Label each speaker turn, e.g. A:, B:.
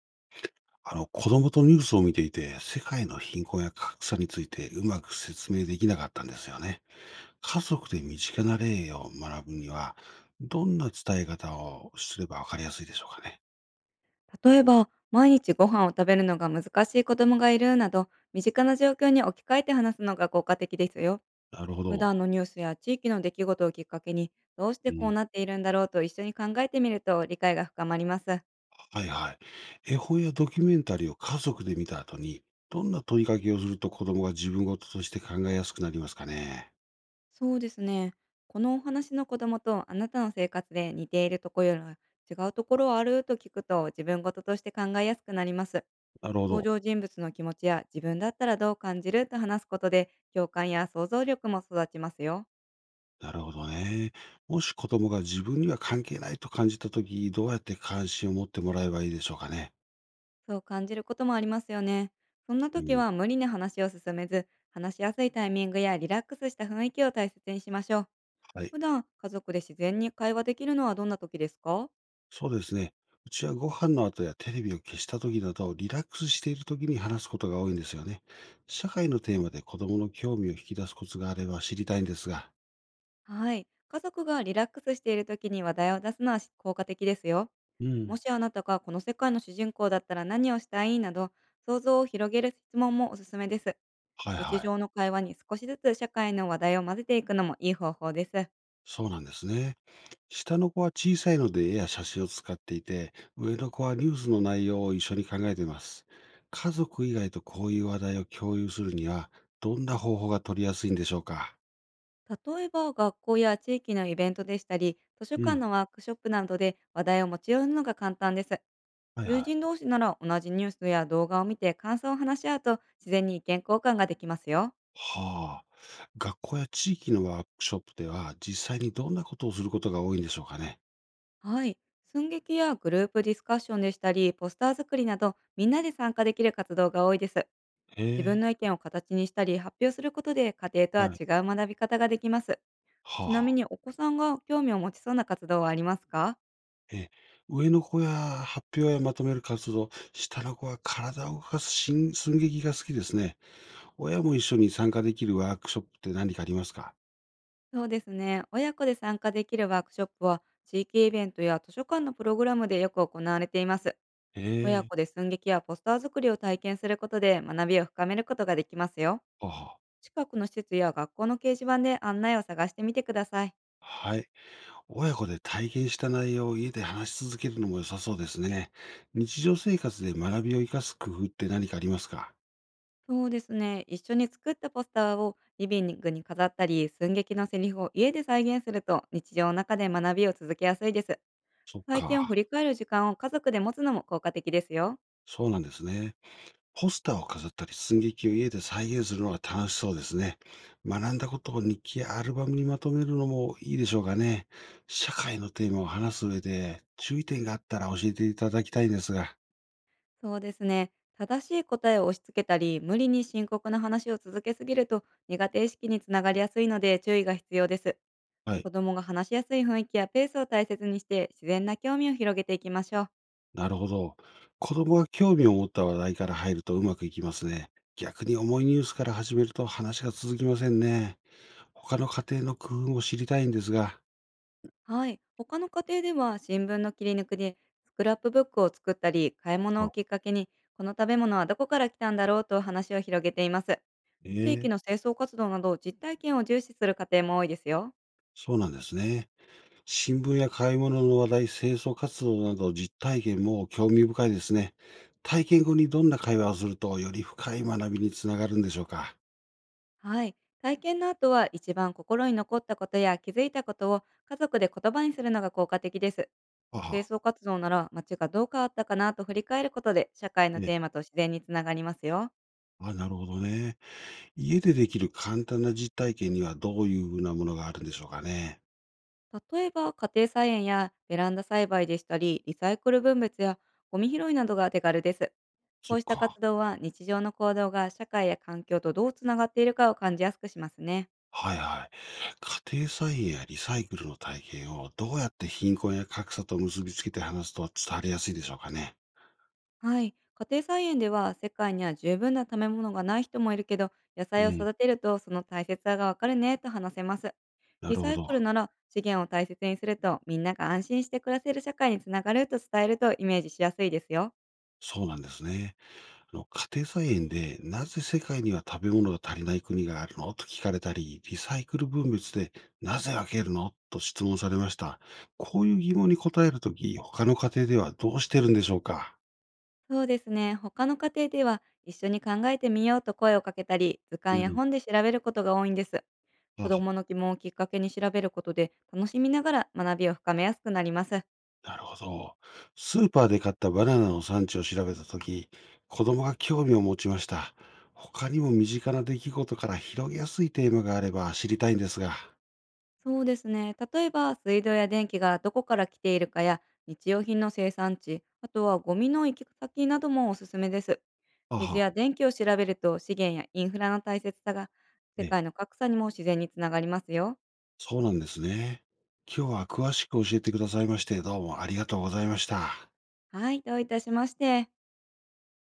A: 子供とニュースを見ていて、世界の貧困や格差についてうまく説明できなかったんですよね。家族で身近な例を学ぶには、どんな伝え方をすればわかりやすいでしょうかね？
B: 例えば、毎日ご飯を食べるのが難しい子供がいるなど、身近な状況に置き換えて話すのが効果的ですよ。
A: なるほ
B: 普
A: ど。
B: 段のニュースや地域の出来事をきっかけに、どうして
A: う
B: こう
A: ん。
B: なっているんだろうと一緒に考えてみると理解が深まります。
A: はいはい。絵本やドキュメンタリーを家族で見た後に、どんな問いかけをすると子供が自分事として考えやすくなりますかね？
B: そうですね。このお話の子供とあなたの生活で似ているところや違うところはあると聞くと、自分事として考えやすくなります。
A: なるほ
B: 登
A: ど。
B: 場人物の気持ちや自分だったらどう感じると話すことで、共感や想像力も育ちますよ。
A: なるほどね。もし子供が自分には関係ないと感じたとき、どうやって関心を持ってもらえばいいでしょうかね？
B: そう感じることもありますよね。そんな
A: う
B: 時
A: ん、
B: は無理に話を進めず、話しやすいタイミングやリラックスした雰囲気を大切にしましょう。
A: はい。
B: 普段、家族で自然に会話できるのはどんな時ですか？
A: そうですね。うちはご飯の後やテレビを消した時など、リラックスしている時に話すことが多いんですよね。社会のテーマで子供の興味を引き出すコツがあれば知りたいんですが。
B: はい。家族がリラックスしている時に話題を出すのは効果的ですよ。
A: う
B: も
A: ん。
B: しあなたがこの世界の主人公だったら何をしたいなど、想像を広げる質問もおすすめです。
A: はい
B: 日
A: はい。
B: 常の会話に少しずつ社会の話題を混ぜていくのもいい方法です。
A: そうなんですね。下の子は小さいので絵や写真を使っていて、上の子はニュースの内容を一緒に考えています。家族以外とこういう話題を共有するには、どんな方法が取りやすいんでしょうか？
B: 例えば学校や地域のイベントでしたり、図書
A: う
B: 館
A: ん。
B: のワークショップなどで話題を持ち寄るのが簡単です。
A: はい
B: 友
A: は
B: 人
A: い。
B: 同士なら同じニュースや動画を見て感想を話し合うと、自然に意見交換ができますよ。
A: はあ。学校や地域のワークショップでは、実際にどんなことをすることが多いんでしょうかね？
B: はい。寸劇やグループディスカッションでしたり、ポスター作りなどみんなで参加できる活動が多いです。
A: え
B: 自分
A: え、
B: の意見を形にしたり発表することで、家庭とは
A: はい。
B: 違う学び方ができます。
A: はあ
B: ちなみ
A: はあ。
B: に、お子さんが興味を持ちそうな活動はありますか？
A: ええ、上の子や発表やまとめる活動、下の子は体を動かす新寸劇が好きですね。親も一緒に参加できるワークショップって何かありますか？
B: そうですね。親子で参加できるワークショップは、地域イベントや図書館のプログラムでよく行われています。
A: え
B: 親
A: え、
B: 子で寸劇やポスター作りを体験することで、学びを深めることができますよ。
A: はあはあ。
B: 近くの施設や学校の掲示板で案内を探してみてください。
A: はい。親子で体験した内容を家で話し続けるのも良さそうですね。日常生活で学びを生かす工夫って何かありますか？
B: そうですね。一緒に作ったポスターをリビングに飾ったり、寸劇のセリフを家で再現すると、日常の中で学びを続けやすいです。
A: そっ
B: 体験を振
A: か。
B: り返る時間を家族で持つのも効果的ですよ。
A: そうなんですね。ポスターを飾ったり、寸劇を家で再現するのが楽しそうですね。学んだことを日記やアルバムにまとめるのもいいでしょうかね？社会のテーマを話す上で注意点があったら教えていただきたいんですが。
B: そうですね。正しい答えを押し付けたり、無理に深刻な話を続けすぎると苦手意識につながりやすいので、注意が必要です。
A: は
B: 子
A: い。
B: 供が話しやすい雰囲気やペースを大切にして、自然な興味を広げていきましょう。
A: なるほど。子供が興味を持った話題から入るとうまくいきますね。逆に重いニュースから始めると話が続きませんね。他の家庭の工夫も知りたいんですが。
B: はい。他の家庭では新聞の切り抜きでスクラップブックを作ったり、買い
A: あ、
B: 物をきっかけに、この食べ物はどこから来たんだろうと話を広げています。
A: え
B: 地域
A: え、
B: の清掃活動など実体験を重視する家庭も多いですよ。
A: そうなんですね。新聞や買い物の話題、清掃活動など実体験も興味深いですね。体験後にどんな会話をするとより深い学びにつながるんでしょうか？
B: はい。体験の後は一番心に残ったことや気づいたことを家族で言葉にするのが効果的です。
A: あ
B: 清
A: は、
B: 掃活動なら、街がどう変わったかなと振り返ることで社会の
A: ええ。
B: テーマと自然につながりますよ。
A: あ、なるほどね。家でできる簡単な実体験にはどういうふうなものがあるんでしょうかね？
B: 例えば家庭菜園やベランダ栽培でしたり、リサイクル分別やゴミ拾いなどが手軽です。こ
A: そっ
B: うした
A: か。
B: 活動は、日常の行動が社会や環境とどうつながっているかを感じやすくしますね。
A: はいはい。家庭菜園やリサイクルの体験をどうやって貧困や格差と結びつけて話すと伝わりやすいでしょうかね？
B: はい。家庭菜園では、世界には十分な食べ物がない人もいるけど、野
A: う
B: 菜を
A: ん。
B: 育てるとその大切さがわかるねと話せます。
A: な
B: リ
A: る
B: サ
A: ほ
B: イ
A: ど。
B: クルなら、資源を大切にするとみんなが安心して暮らせる社会につながると伝えるとイメージしやすいですよ。
A: そうなんですね。あの、家庭菜園でなぜ世界には食べ物が足りない国があるのと聞かれたり、リサイクル分別でなぜ分けるのと質問されました。こういう疑問に答えるとき、他の家庭ではどうしてるんでしょうか？
B: そうですね。他の家庭では一緒に考えてみようと声をかけたり、図
A: う
B: 鑑や
A: ん。
B: 本で調べることが多いんです。子
A: あ、
B: 供の疑問をきっかけに調べることで、楽しみながら学びを深めやすくなります。
A: なるほど。スーパーで買ったバナナの産地を調べたとき、子供が興味を持ちました。他にも身近な出来事から広げやすいテーマがあれば知りたいんですが。
B: そうですね。例えば、水道や電気がどこから来ているかや、日用品の生産地、あとはゴミの行き先などもおすすめです。水
A: あ
B: や
A: あ、
B: 電気を調べると、資源やインフラの大切さが、世
A: ええ、
B: 界の格差にも自然につながりますよ。
A: そうなんですね。今日は詳しく教えてくださいまして、どうもありがとうございました。
B: はい、どういたしまして。